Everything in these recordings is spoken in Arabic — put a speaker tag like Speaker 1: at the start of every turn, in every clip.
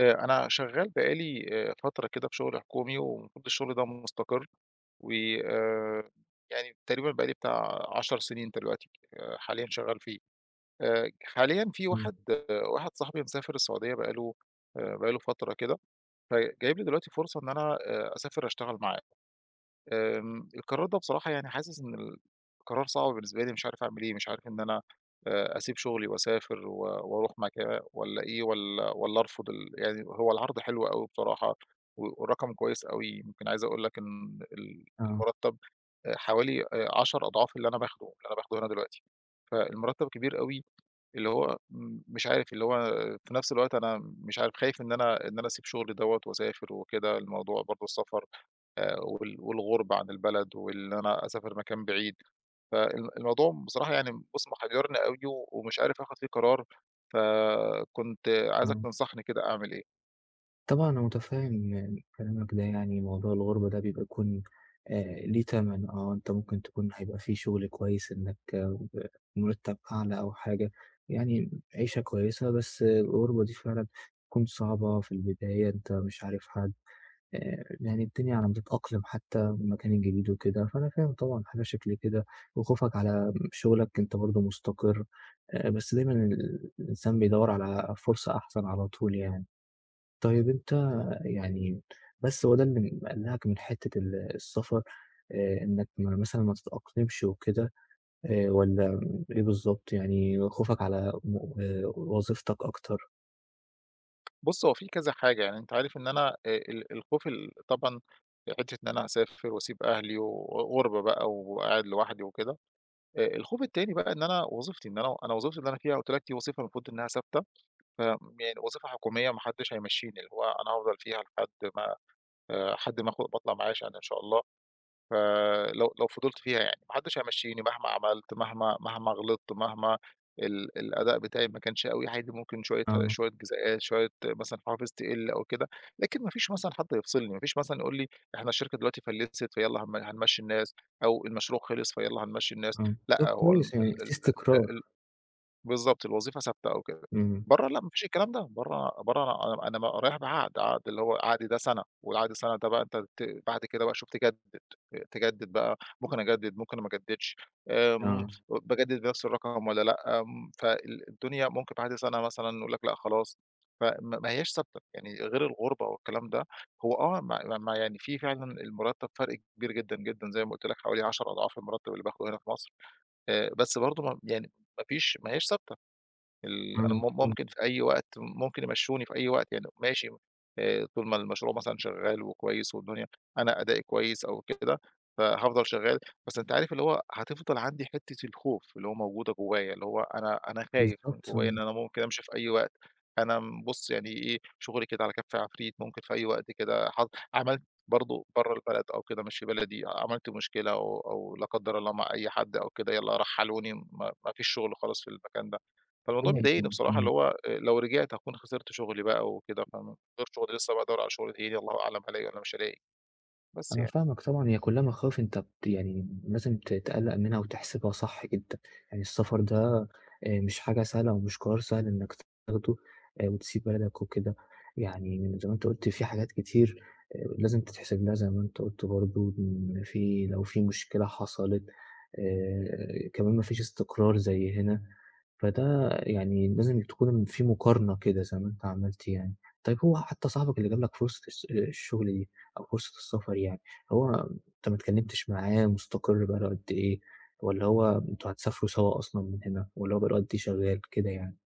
Speaker 1: أنا شغّال بقى لي فترة كده في شغل حكومي، والمفروض الشغل ده مستقر، وآآ يعني تقريبًا بقى لي بتاع 10 سنين دلوقتي حاليًا شغّال فيه. حاليًا في
Speaker 2: إمم،
Speaker 1: واحد صاحبي مسافر السعودية بقى له فترة كده، فجايب لي دلوقتي فرصة إن أنا أسافر أشتغل معاه. القرار ده بصراحة يعني حاسس إن قرار صعب بالنسبة لي مش عارف أعمل إيه، مش عارف إن أنا أسيب شغلي وأسافر و وأروح مكان والّا إيه، والّا أرفض يعني هو العرض حلو أوي بصراحة و والرقم كويس أوي، يمكن عايز أقول لك إن
Speaker 2: آه،
Speaker 1: المرتب حوالي 10 أضعاف اللي أنا باخده اللي أنا باخده هنا دلوقتي، فالمرتب كبير أوي، اللي هو مش عارف اللي هو في نفس الوقت أنا مش عارف خايف إن أنا أسيب شغلي دوّة وأسافر وكده، الموضوع برضه السفر والغُربة عن البلد وإن أنا أسافر مكان بعيد، الموضوع بصراحة يعني بُص محيّرني أوي ومش عارف آخُد فيه قرار، فكنت عايزك
Speaker 2: آه.
Speaker 1: تنصحني كده أعمل إيه؟
Speaker 2: طبعًا أنا متفهم كلامك ده يعني موضوع الغربة ده بيبقى يكون ليه تَمَن. أنت ممكن تكون هيبقى في شغل كويس إنك ب مرتب أعلى أو حاجة، يعني عيشة كويسة بس الغربة دي فعلًا بتكون صعبة في البداية، أنت مش عارف حد، يعني الدنيا على ما تتأقلم حتى المكان الجديد وكده، فأنا فاهم طبعًا حاجة شكل كده وخوفك على شغلك أنت برضه مستقر، بس دايمًا الإنسان بيدوّر على فرصة أحسن على طول يعني. طيب أنت يعني بس هو ده اللي مقلّقك من حتّة السفر إنّك ما مثلًا ما تتأقلمش وكده والّا إيه بالضبط؟ يعني خوفك على م وظيفتك أكتر؟
Speaker 1: بُص هو في كذا حاجة، يعني أنت عارف إن أنا الخوف طبعًا حتّة إن أنا أسافر وأسيب أهلي وغُربة بقى وقاعد لوحدي وكده، الخوف التاني بقى إن أنا وظيفتي اللي أنا فيها قُلت لك دي وظيفة المفروض إنها ثابتة، ف يعني وظيفة حكومية ما حدّش هيمشّيني، اللي هو أنا هافضل فيها لحد ما حد باطلع معاه شهادة إن شاء الله، فلو فضلت فيها يعني ما حدش هيمشّيني مهما عملت، مهما غلطت، مهما الأداء بتاعي ما كانش أوي عادي ممكن شوية
Speaker 2: آه،
Speaker 1: شوية جزاءات، شوية مثلًا حوافز تقِل أو كده، لكن ما فيش مثلًا حد يفصلني، ما فيش مثلًا يقول لي إحنا الشركة دلوقتي فلِست فيالّا هنمشّي الناس، أو المشروع خلص فيالّا هنمشّي الناس،
Speaker 2: آه. طب
Speaker 1: لأ هو الم
Speaker 2: كويس
Speaker 1: ال
Speaker 2: يعني في
Speaker 1: ال
Speaker 2: استقرار.
Speaker 1: ال بالضبط، الوظيفة ثابتة أو كده.
Speaker 2: إمم.
Speaker 1: برّه لأ، ما فيش الكلام ده، برّه برّه أنا رايح بعقد، عقد اللي هو عقدي ده سَنة، والعقد السَنة ده بقى أنت بعد كده بقى شوف تجدد بقى ممكن أجدد، ممكن ما أجددش،
Speaker 2: آه،
Speaker 1: باجدد بنفس الرقم والّا لأ، الدنيا ممكن بعد سَنة مثلًا يقول لك لأ خلاص، فما ما هياش ثابتة، يعني غير الغُربة والكلام ده، هو ما يعني في فعلًا المرتب فرق كبير جدًا، جدًا زي ما قُلت لك حوالي 10 أضعاف المرتب اللي باخده هنا في مصر، بس برضه ما يعني ما فيش ما هياش ثابتة. أنا
Speaker 2: آه،
Speaker 1: ممكن
Speaker 2: آه.
Speaker 1: في أي وقت ممكن يمشّوني في أي وقت يعني ماشي طول ما المشروع مثلًا شغّال وكويس والدنيا أنا أدائي كويس أو كده، فهافضل شغّال، بس أنت عارف اللي هو هتفضل عندي حتّة الخوف اللي هو موجودة جوّايا، اللي هو أنا خايف من
Speaker 2: بالضبط.
Speaker 1: جوّايا إن أنا ممكن أمشي في أي وقت، أنا بُص يعني إيه، شغلي كده على كَف عفريت ممكن في أي وقت كده حظ عملت برضه برّه البلد أو كده مش في بلدي، عملت مشكلة أو لا قدّر الله مع أي حد أو كده يالّا رحّلوني ما فيش شغل خالص في المكان ده. فالموضوع مضايقني بصراحة اللي
Speaker 2: إمم.
Speaker 1: هو لو رجعت هاكون خسرت شغلي بقى وكده، فاهم، غير شغلي لسه بادوّر على شغل تاني الله أعلم هالاقي والّا مش هالاقي، بس
Speaker 2: أنا
Speaker 1: يعني.
Speaker 2: فاهمك طبعًا، هي كلّها مخاوف أنت يعني لازم تقلّق منها وتحسبها صح جدًا، يعني السفر ده مش حاجة سهلة ومش قرار سهل إنّك تاخده وتسيب بلدك وكده، يعني زي ما أنت قُلت في حاجات كتير لازم تتحسب لها زي ما أنت قُلت برضه إن في لو في مشكلة حصلت كمان ما فيش استقرار زي هنا، فده يعني لازم تكون في مقارنة كده زي ما أنت عملت يعني. طيب هو حتّى صاحبك اللي جاب لك فرصة الس آه، الشغل دي أو فرصة السفر يعني هو أنت ما اتكلمتش معاه مستقر بقى له قد إيه، والّا هو أنتم هتسافروا سوا أصلًا من هنا، والّا هو بقى له قد إيه شغال كده يعني؟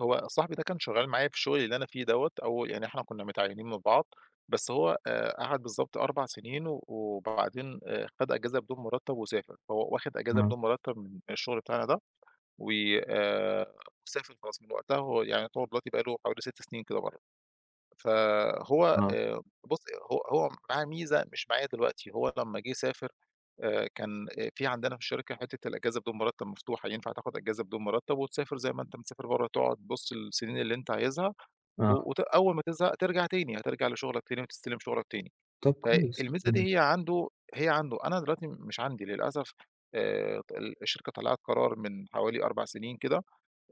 Speaker 1: هو صاحبي ده كان شغال معايا في الشغل اللي أنا فيه دوّة أول يعني إحنا كنا متعيّنين من بعض، بس هو قعد بالضبط 4 سنين و وبعدين خَد أجازة بدون مرتّب وسافر، فهو واخد أجازة
Speaker 2: آه،
Speaker 1: بدون مرتّب من الشغل بتاعنا ده و آآ وسافر خلاص من وقتها هو يعني يعتبر دلوقتي بقى له حوالي 6 سنين كده برّه. فهو
Speaker 2: آه،
Speaker 1: بُصّي، هو معاه ميزة مش معايا دلوقتي، هو لمّا جه سافر كان في عندنا في الشركة حتّة الأجازة بدون مرتّب مفتوحة، ينفع تاخُد أجازة بدون مرتّب وتسافر زي ما أنت مسافر برّه، تقعد بُص السنين اللي أنت عايزها و
Speaker 2: آه،
Speaker 1: وت أول ما تزهق ترجع تاني، هترجع لشُغلك تاني وتستلم شُغلك تاني.
Speaker 2: طب كويس،
Speaker 1: فالميزة
Speaker 2: إمم،
Speaker 1: دي هي عنده، أنا دلوقتي مش عندي للأسف الشركة طلّعت قرار من حوالي 4 سنين كده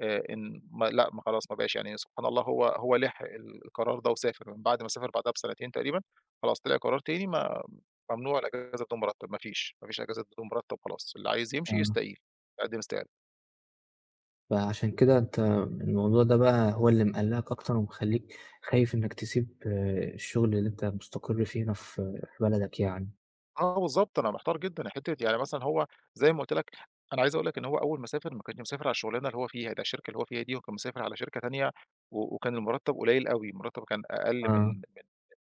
Speaker 1: إن ما لأ ما خلاص ما بقاش يعني سبحان الله هو لِحق القرار ده وسافر، من بعد ما سافر بعدها بسنتين تقريبًا خلاص طلع قرار تاني ما ممنوع الأجازة بدون مرتب، ما فيش أجازة بدون مرتب خلاص، اللي عايز يمشي
Speaker 2: آه،
Speaker 1: يستقيل، يقدّم استقالة.
Speaker 2: فعشان كده أنت الموضوع ده بقى هو اللي مقلّقك أكتر ومخلّيك خايف إنك تسيب الشغل اللي أنت مستقر فيه هنا في بلدك يعني،
Speaker 1: آه، بالضبط، أنا محتار جدًا، حتّة يعني مثلًا هو زي ما قُلت لك أنا عايز أقول لك إن هو أول ما سافر ما كانش مسافر على الشغلانة اللي هو فيها، ده الشركة اللي هو فيها دي هو كان مسافر على شركة تانية و وكان المرتّب قليّل أوي، المرتّب كان أقل من
Speaker 2: آه،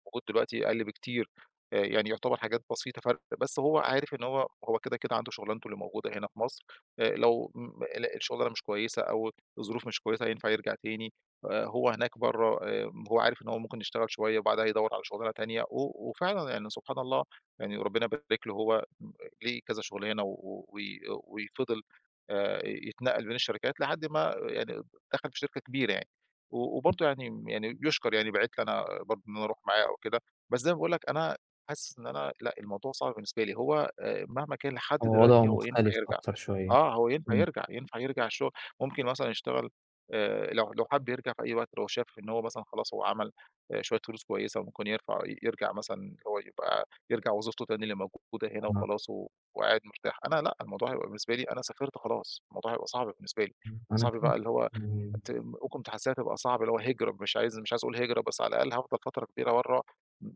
Speaker 1: موجود دلوقتي أقل بكتير، يعني يعتبر حاجات بسيطة فرق، بس هو عارف إن هو كده عنده شغلانته اللي موجودة هنا في مصر، لو الشغلانة مش كويسة أو الظروف مش كويسة ينفع يرجع تاني، هو هناك برّه هو عارف إن هو ممكن يشتغل شوية وبعدها يدوّر على شغلانة تانية، و وفعلًا يعني سبحان الله يعني ربنا يبارك له هو ليه كذا شغلانة و و وفضل يتنقل بين الشركات لحد ما يعني دخل في شركة كبيرة يعني. و وبرضه يعني يُشكر يعني باعت لي أنا برضه إن أنا أروح معاه أو كده، بس زي ما باقول لك أنا حاسس إن أنا لأ، الموضوع صعب بالنسبة لي، هو مهما كان لحد
Speaker 2: هو وضعه
Speaker 1: دلوقتي هو ينفع
Speaker 2: مختلف
Speaker 1: يرجع،
Speaker 2: أكتر شوية،
Speaker 1: آه، هو ينفع
Speaker 2: إمم،
Speaker 1: يرجع، ينفع يرجع الشغل، ممكن مثلًا يشتغل لو حَب يرجع في أي وقت، لو شاف إن هو مثلًا خلاص هو عمل شوية فلوس كويسة وممكن يرفع يرجع مثلًا اللي هو يبقى يرجع وظيفته تاني اللي موجودة هنا
Speaker 2: آه،
Speaker 1: وخلاص و وقاعد مرتاح، أنا لأ، الموضوع هيبقى بالنسبة لي أنا سافرت خلاص، الموضوع هيبقى صعب بالنسبة لي،
Speaker 2: أنا
Speaker 1: صعب
Speaker 2: فاهمك،
Speaker 1: بقى اللي هو
Speaker 2: إمم،
Speaker 1: ممكن تحسّسها تبقى صعب اللي هو هجرة، مش عايز أقول هجرة بس على الأقل هافضل فترة كبيرة برّه،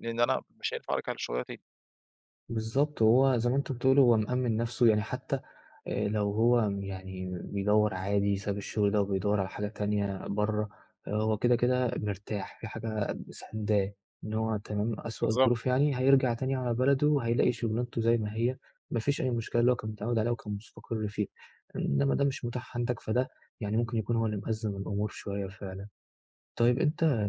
Speaker 1: لإن أنا مش هينفع أرجع للشغلانة تاني.
Speaker 2: بالضبط، وهو زي ما أنت بتقول هو مأمِّن نفسه يعني حتى لو هو يعني بيدور عادي ساب الشغل ده وبيدور على حاجة تانية بره آه، هو كده كده مرتاح في حاجة سنداه إن هو تمام أسوأ
Speaker 1: بالضبط.
Speaker 2: الظروف يعني هيرجع تاني على بلده وهيلاقي شغلانته زي ما هي مفيش أي مشكلة اللي هو كان متعود عليها وكان مستقر فيه إنما ده مش متاح عندك فده يعني ممكن يكون هو اللي مأزم الأمور شوية فعلا. طيب أنت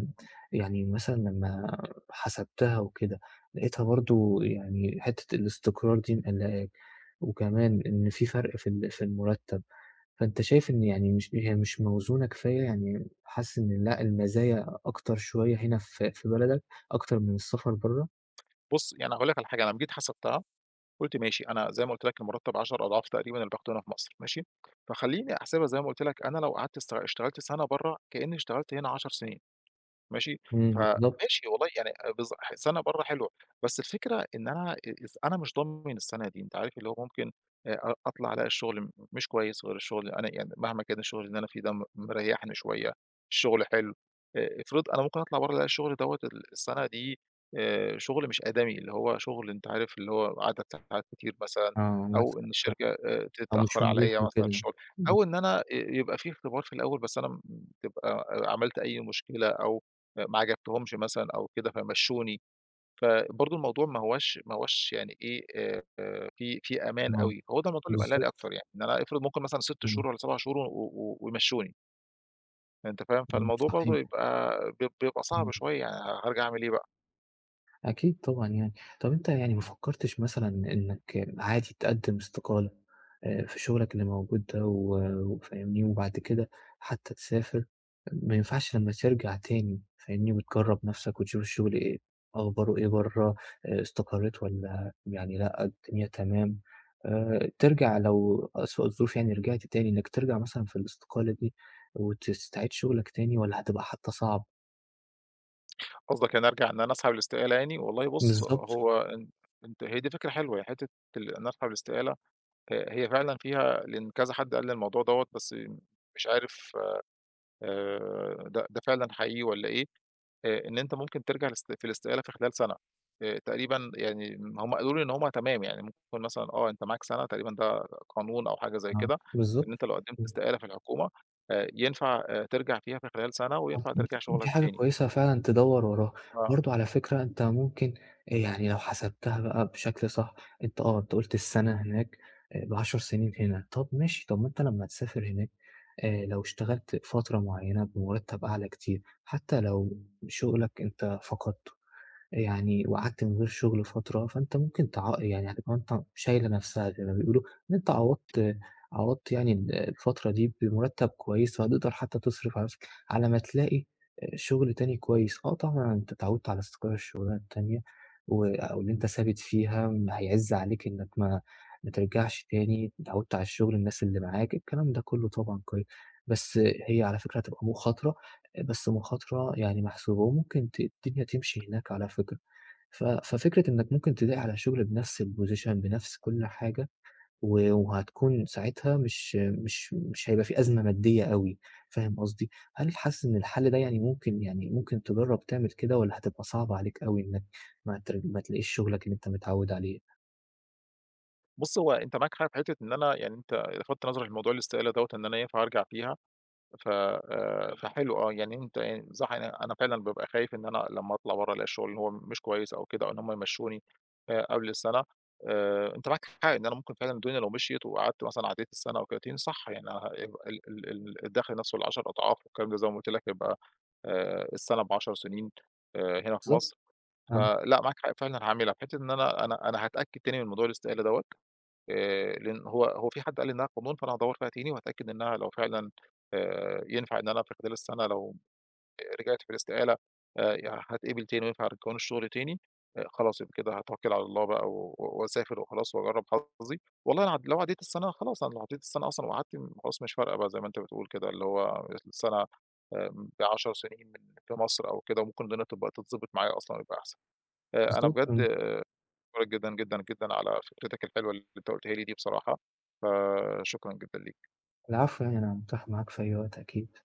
Speaker 2: يعني مثلًا لمّا حسبتها وكده، لقيتها برضه يعني حتّة الاستقرار دي مقلّقاك، وكمان إن في فرْق في المرتّب، فأنت شايف إن يعني مش موزونة كفاية؟ يعني حاسس إن لأ المزايا أكتر شوية هنا في بلدك أكتر من السفر برّه؟
Speaker 1: بُص، يعني هاقول لك على حاجة، أنا لمّا جيت حسبتها قُلت ماشي، أنا زي ما قُلت لك المرتب 10 أضعاف تقريبًا اللي باخده هنا في مصر ماشي، فخلّيني أحسبها زي ما قُلت لك، أنا لو قعدت اشتغلت سَنة برّه كإنّي اشتغلت هنا 10 سنين. ماشي،
Speaker 2: إمم، بالضبط.
Speaker 1: فماشي والله يعني بالض ح سَنة برّه حلوة، بس الفكرة إن أنا أ إذ أنا مش ضامن السَنة دي، أنت عارف اللي هو ممكن أ أ أطلع ألاقي الشغل مش كويس غير الشغل اللي أنا يعني مهما كان الشغل اللي أنا فيه ده مريّحني شوية، الشغل حلو، افرض أنا ممكن أطلع برّه ألاقي الشغل دوّة السَنة دي شغل مش آدمي، اللي هو شغل أنت عارف اللي هو عدد ساعات كتير مثلًا،
Speaker 2: آه،
Speaker 1: أو إن
Speaker 2: مثلًا صح،
Speaker 1: الشركة
Speaker 2: أو مش
Speaker 1: تتأخّر عليّا
Speaker 2: مريح
Speaker 1: مثلًا في
Speaker 2: وكده.
Speaker 1: الشغل،
Speaker 2: إمم،
Speaker 1: أو إن أنا يبقى في اختبار في الأول بس أنا تبقى عملت أي مشكلة أو ما عجبتهمش مثلًا أو كده فمشّوني، فبرضه الموضوع ما هواش يعني إيه، في أمان
Speaker 2: آه،
Speaker 1: أوي، فهو ده الموضوع اللي مقلّقني
Speaker 2: بالضبط،
Speaker 1: أكتر يعني، إن أنا افرض ممكن مثلًا 6
Speaker 2: إمم،
Speaker 1: شهور والّا 7 شهور و و ويمشّوني، أنت فاهم؟
Speaker 2: إمم،
Speaker 1: فالموضوع برضه
Speaker 2: صحيح،
Speaker 1: يبقى بيبقى صعب
Speaker 2: إمم.
Speaker 1: شوية يعني هارجع أعمل إيه بقى؟
Speaker 2: أكيد طبعًا يعني. طَب أنت يعني ما فكّرتش مثلًا إنّك عادي تقدّم استقالة في شُغلك اللي موجود ده وفاهمني، وبعد كده حتّى تسافر، ما ينفعش لمّا ترجع تاني فاهمني وتجرّب نَفْسك وتشوف الشُغل إيه أخباره إيه برّه، استقريت والّا يعني لأ، الدنيا تمام، ترجع لو أسوأ الظروف يعني رجعت تاني إنّك ترجع مثلًا في الاستقالة دي وتستعيد شُغلك تاني والّا هتبقى حتّى صعب؟
Speaker 1: قصدك يعني أرجع إن أنا أسحب الاستقالة يعني؟ والله بُص
Speaker 2: بالضبط،
Speaker 1: هو أنت هي دي فكرة حلوة، هي حتّة إن أسحب الاستقالة هي فعلًا فيها لإن كذا حد قال لي الموضوع دوّة، بس مش عارف ده فعلًا حقيقي والّا إيه. إن أنت ممكن ترجع في الاستقالة في خلال سَنة، تقريبًا يعني هم قالوا لي إن هم تمام، يعني ممكن مثلًا أنت معاك سَنة تقريبًا ده قانون أو حاجة زي
Speaker 2: آه،
Speaker 1: كده،
Speaker 2: بالضبط.
Speaker 1: إن أنت لو قدّمت
Speaker 2: إمم.
Speaker 1: استقالة في الحكومة ينفع ترجع فيها في خلال سَنة
Speaker 2: طب
Speaker 1: وينفع
Speaker 2: دي
Speaker 1: ترجع
Speaker 2: دي
Speaker 1: شغلك
Speaker 2: حاجة
Speaker 1: تاني،
Speaker 2: كويسة فعلًا تدوّر وراها، برضه على فكرة أنت ممكن يعني لو حسبتها بقى بشكل صح، أنت قُلت السَنة هناك ب10 سنين هنا، طب ماشي، طب ما أنت لمّا تسافر هناك لو اشتغلت فترة معيّنة بمُرتّب أعلى كتير، حتى لو شُغلك أنت فقدته يعني وقعدت من غير شغل فترة، فأنت ممكن يعني هتبقى أنت شايلة نفسها زي ما بيقولوا، إن أنت عوّضت يعني الفترة دي بمرتب كويس، فهتقدر حتى تصرف على نفسك على ما تلاقي شغل تاني كويس، آه طبعًا أنت اتعوّدت على استقرار الشغلانة التانية أو اللي أنت ثابت فيها، ما هيعِز عليك إنك ما ترجعش تاني، اتعوّدت على الشغل، الناس اللي معاك، الكلام ده كلّه طبعًا كويس، بس هي على فكرة هتبقى مخاطرة، بس مخاطرة يعني محسوبة وممكن الدنيا تمشي هناك على فكرة. ففكرة إنك ممكن تلاقي على شغل بنفس الposition بنفس كل حاجة، وهتكون ساعتها مش هيبقى في أزمة مادية أوي، فاهم قصدي؟ هل حاسس إن الحل ده يعني ممكن تجرّب تعمل كده والّا هتبقى صعبة عليك أوي إنك ما تلاقيش شغلك اللي أنت متعوّد عليه؟
Speaker 1: فبُص هو أنت معاك حق في حتّة إن أنا يعني أنت لفتت نظري لموضوع الاستقالة دوّة إن أنا ينفع أرجع فيها ف فحلو يعني أنت يعني صح أنا فعلًا بابقى خايف إن أنا لمّا أطلع برّه ألاقي الشغل اللي هو مش كويس أو كده أو إن هم يمشّوني قبل السنة أنت معاك حق إن أنا ممكن فعلًا الدنيا لو مشيت وقعدت مثلًا عدّيت السنة أو كده صح يعني أنا هيبقى ال ال ال الدخل نفْسه ال10 أضعاف والكلام ده زي ما قُلت لك هيبقى السنة ب10 سنين هنا في
Speaker 2: بالضبط،
Speaker 1: مصر،
Speaker 2: آه،
Speaker 1: فلأ معاك حق فعلًا هاعملها، في حتّة إن أنا هاتأكد تاني من موضوع الاستقالة دوّة لإن هو في حد قال لي إنها قانون، فأنا هادوّر فيها تاني وهاتأكد إنها لو فعلًا ينفع إن أنا في خلال السنة لو رجعت في الاستقالة ي هاتقبل تاني وينفع قانون الشغل تاني، خلاص يبقى كده هاتوكّل على الله بقى و و- وأسافر وخلاص وأجرّب حظي. والله أنا لو عدّيت السنة خلاص، أنا لو عدّيت السنة أصلًا وقعدت خلاص مش فارقة بقى زي ما أنت بتقول كده، اللي هو السنة ب10 سنين من في مصر أو كده وممكن الدنيا تبقى تتضبط معايا أصلًا ويبقى أحسن. أنا
Speaker 2: بالضبط،
Speaker 1: بجد
Speaker 2: آه،
Speaker 1: باشكرك جدًا، جدًا، جدًا على فكرتك الحلوة اللي أنت قُلتها لي دي بصراحة، فشكرًا جدًا ليك.
Speaker 2: العفو يعني أنا متاح معاك في أي وقت أكيد.